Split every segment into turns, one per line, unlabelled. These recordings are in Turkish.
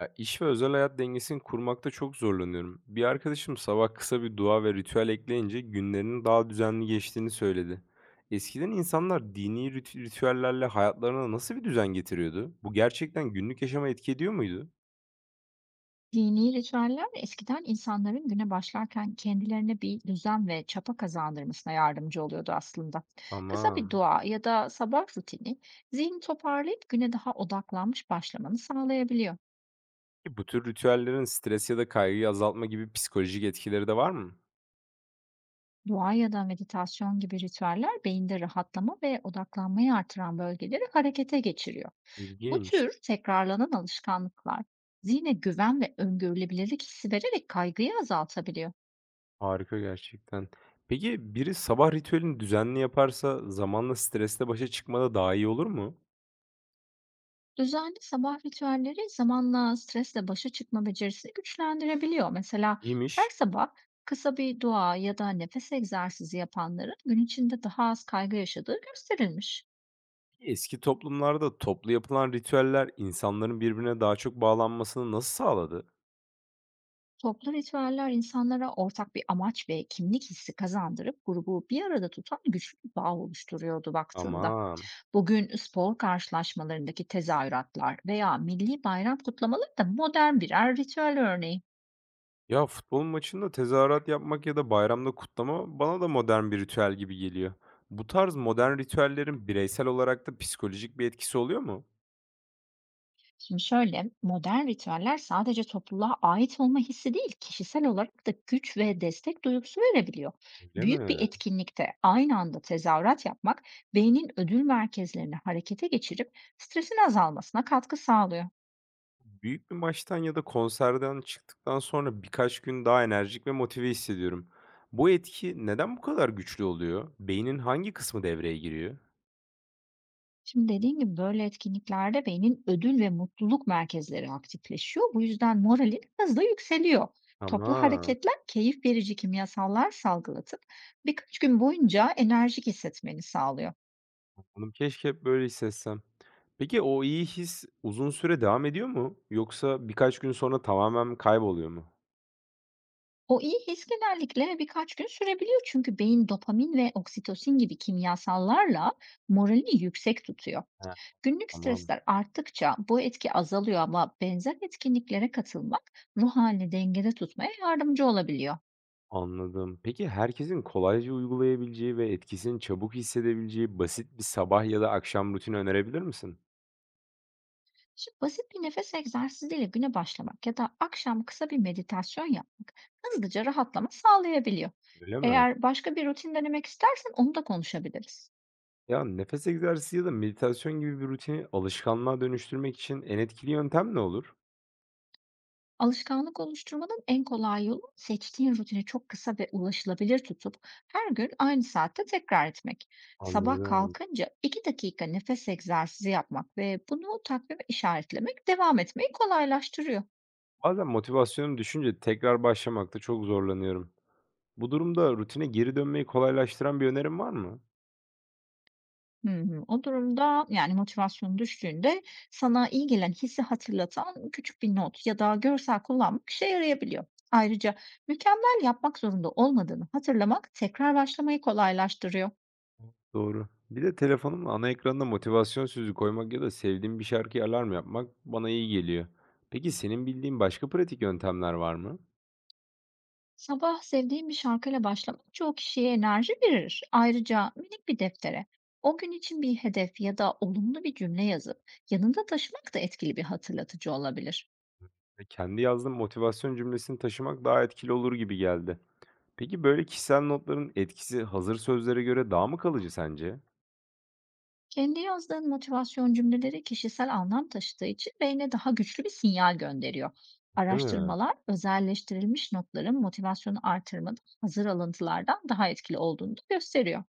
Ya, iş ve özel hayat dengesini kurmakta çok zorlanıyorum. Bir arkadaşım sabah kısa bir dua ve ritüel ekleyince günlerinin daha düzenli geçtiğini söyledi. Eskiden insanlar dini ritüellerle hayatlarına nasıl bir düzen getiriyordu? Bu gerçekten günlük yaşama etki ediyor muydu?
Dini ritüeller eskiden insanların güne başlarken kendilerine bir düzen ve çapa kazandırmasına yardımcı oluyordu aslında. Kısa bir
Tamam.
dua ya da sabah rutini zihni toparlayıp güne daha odaklanmış başlamanı sağlayabiliyor.
Peki bu tür ritüellerin stres ya da kaygıyı azaltma gibi psikolojik etkileri de var mı?
Dua ya da meditasyon gibi ritüeller beyinde rahatlama ve odaklanmayı artıran bölgeleri harekete geçiriyor. Bu
İlginç.
tür tekrarlanan alışkanlıklar zihne güven ve öngörülebilirlik hissi vererek kaygıyı azaltabiliyor.
Harika gerçekten. Peki biri sabah ritüelini düzenli yaparsa zamanla stresle başa çıkmada daha iyi olur mu?
Düzenli sabah ritüelleri zamanla stresle başa çıkma becerisini güçlendirebiliyor. Mesela her
İyiymiş.
sabah kısa bir dua ya da nefes egzersizi yapanların gün içinde daha az kaygı yaşadığı gösterilmiş.
Eski toplumlarda toplu yapılan ritüeller insanların birbirine daha çok bağlanmasını nasıl sağladı?
Toplu ritüeller insanlara ortak bir amaç ve kimlik hissi kazandırıp grubu bir arada tutan güçlü bir bağ oluşturuyordu baktığında.
Aman.
Bugün spor karşılaşmalarındaki tezahüratlar veya milli bayram kutlamaları da modern birer ritüel örneği.
Ya futbol maçında tezahürat yapmak ya da bayramda kutlama bana da modern bir ritüel gibi geliyor. Bu tarz modern ritüellerin bireysel olarak da psikolojik bir etkisi oluyor mu?
Şimdi şöyle, modern ritüeller sadece topluluğa ait olma hissi değil, kişisel olarak da güç ve destek duygusu verebiliyor.
Öyle
Büyük bir
mi?
etkinlikte aynı anda tezahürat yapmak, beynin ödül merkezlerini harekete geçirip stresin azalmasına katkı sağlıyor.
Büyük bir maçtan ya da konserden çıktıktan sonra birkaç gün daha enerjik ve motive hissediyorum. Bu etki neden bu kadar güçlü oluyor? Beynin hangi kısmı devreye giriyor?
Şimdi dediğim gibi, böyle etkinliklerde beynin ödül ve mutluluk merkezleri aktifleşiyor. Bu yüzden moralin hızla yükseliyor. Toplu
Tamam.
hareketler keyif verici kimyasallar salgılatıp birkaç gün boyunca enerjik hissetmeni sağlıyor.
Oğlum keşke hep böyle hissetsem. Peki o iyi his uzun süre devam ediyor mu? Yoksa birkaç gün sonra tamamen kayboluyor mu?
O iyi his genellikle birkaç gün sürebiliyor, çünkü beyin dopamin ve oksitosin gibi kimyasallarla moralini yüksek tutuyor.
He,
Günlük
tamam.
stresler arttıkça bu etki azalıyor, ama benzer etkinliklere katılmak ruh halini dengede tutmaya yardımcı olabiliyor.
Anladım. Peki herkesin kolayca uygulayabileceği ve etkisini çabuk hissedebileceği basit bir sabah ya da akşam rutini önerebilir misin?
Şimdi basit bir nefes egzersiziyle güne başlamak ya da akşam kısa bir meditasyon yapmak hızlıca rahatlama sağlayabiliyor.
Öyle mi?
Eğer başka bir rutin denemek istersen, onu da konuşabiliriz.
Ya nefes egzersizi ya da meditasyon gibi bir rutini alışkanlığa dönüştürmek için en etkili yöntem ne olur?
Alışkanlık oluşturmanın en kolay yolu, seçtiğin rutini çok kısa ve ulaşılabilir tutup her gün aynı saatte tekrar etmek. Sabah
Anladım.
kalkınca 2 dakika nefes egzersizi yapmak ve bunu takvime işaretlemek devam etmeyi kolaylaştırıyor.
Bazen motivasyonum düşünce tekrar başlamakta çok zorlanıyorum. Bu durumda rutine geri dönmeyi kolaylaştıran bir önerim var mı?
Hı hı. O durumda, yani motivasyonun düştüğünde, sana iyi gelen hissi hatırlatan küçük bir not ya da görsel kullanmak işe yarayabiliyor. Ayrıca mükemmel yapmak zorunda olmadığını hatırlamak tekrar başlamayı kolaylaştırıyor.
Doğru. Bir de telefonumla ana ekranına motivasyon sözü koymak ya da sevdiğim bir şarkıya alarm yapmak bana iyi geliyor. Peki senin bildiğin başka pratik yöntemler var mı?
Sabah sevdiğim bir şarkıyla başlamak çoğu kişiye enerji verir. Ayrıca minik bir deftere o gün için bir hedef ya da olumlu bir cümle yazıp yanında taşımak da etkili bir hatırlatıcı olabilir.
Ve kendi yazdığım motivasyon cümlesini taşımak daha etkili olur gibi geldi. Peki böyle kişisel notların etkisi hazır sözlere göre daha mı kalıcı sence?
Kendi yazdığın motivasyon cümleleri kişisel anlam taşıdığı için beyne daha güçlü bir sinyal gönderiyor.
Değil mi?
Araştırmalar, özelleştirilmiş notların motivasyonu artırmada hazır alıntılardan daha etkili olduğunu da gösteriyor.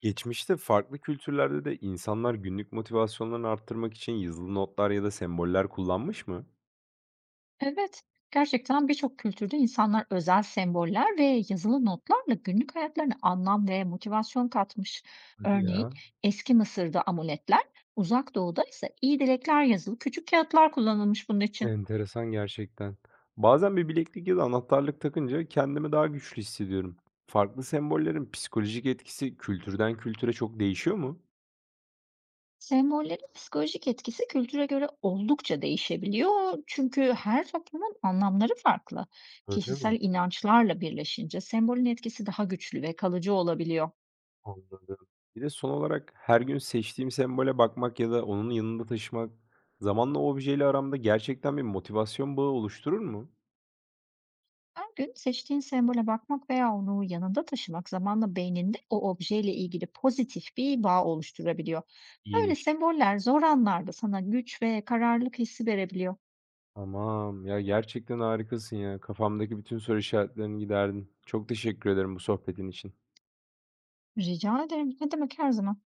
Geçmişte farklı kültürlerde de insanlar günlük motivasyonlarını arttırmak için yazılı notlar ya da semboller kullanmış mı?
Evet, gerçekten birçok kültürde insanlar özel semboller ve yazılı notlarla günlük hayatlarına anlam ve motivasyon katmış.
Hadi
Örneğin
ya.
eski Mısır'da amuletler, Uzak Doğu'da ise iyi dilekler yazılı küçük kağıtlar kullanılmış bunun için.
Enteresan gerçekten. Bazen bir bileklik ya da anahtarlık takınca kendimi daha güçlü hissediyorum. Farklı sembollerin psikolojik etkisi kültürden kültüre çok değişiyor mu?
Sembollerin psikolojik etkisi kültüre göre oldukça değişebiliyor, çünkü her toplumun anlamları farklı.
Öyle mi?
Kişisel inançlarla birleşince sembolün etkisi daha güçlü ve kalıcı olabiliyor.
Anladım. Bir de son olarak her gün seçtiğim sembole bakmak ya da onun yanında taşımak zamanla o objeyle aramda gerçekten bir motivasyon bağı oluşturur mu?
Her gün seçtiğin sembole bakmak veya onu yanında taşımak zamanla beyninde o objeyle ilgili pozitif bir bağ oluşturabiliyor. Böyle
İyiymiş.
semboller zor anlarda sana güç ve kararlılık hissi verebiliyor.
Tamam. Ya gerçekten harikasın ya. Kafamdaki bütün soru işaretlerini giderdin. Çok teşekkür ederim bu sohbetin için.
Rica ederim. Ne demek, her zaman.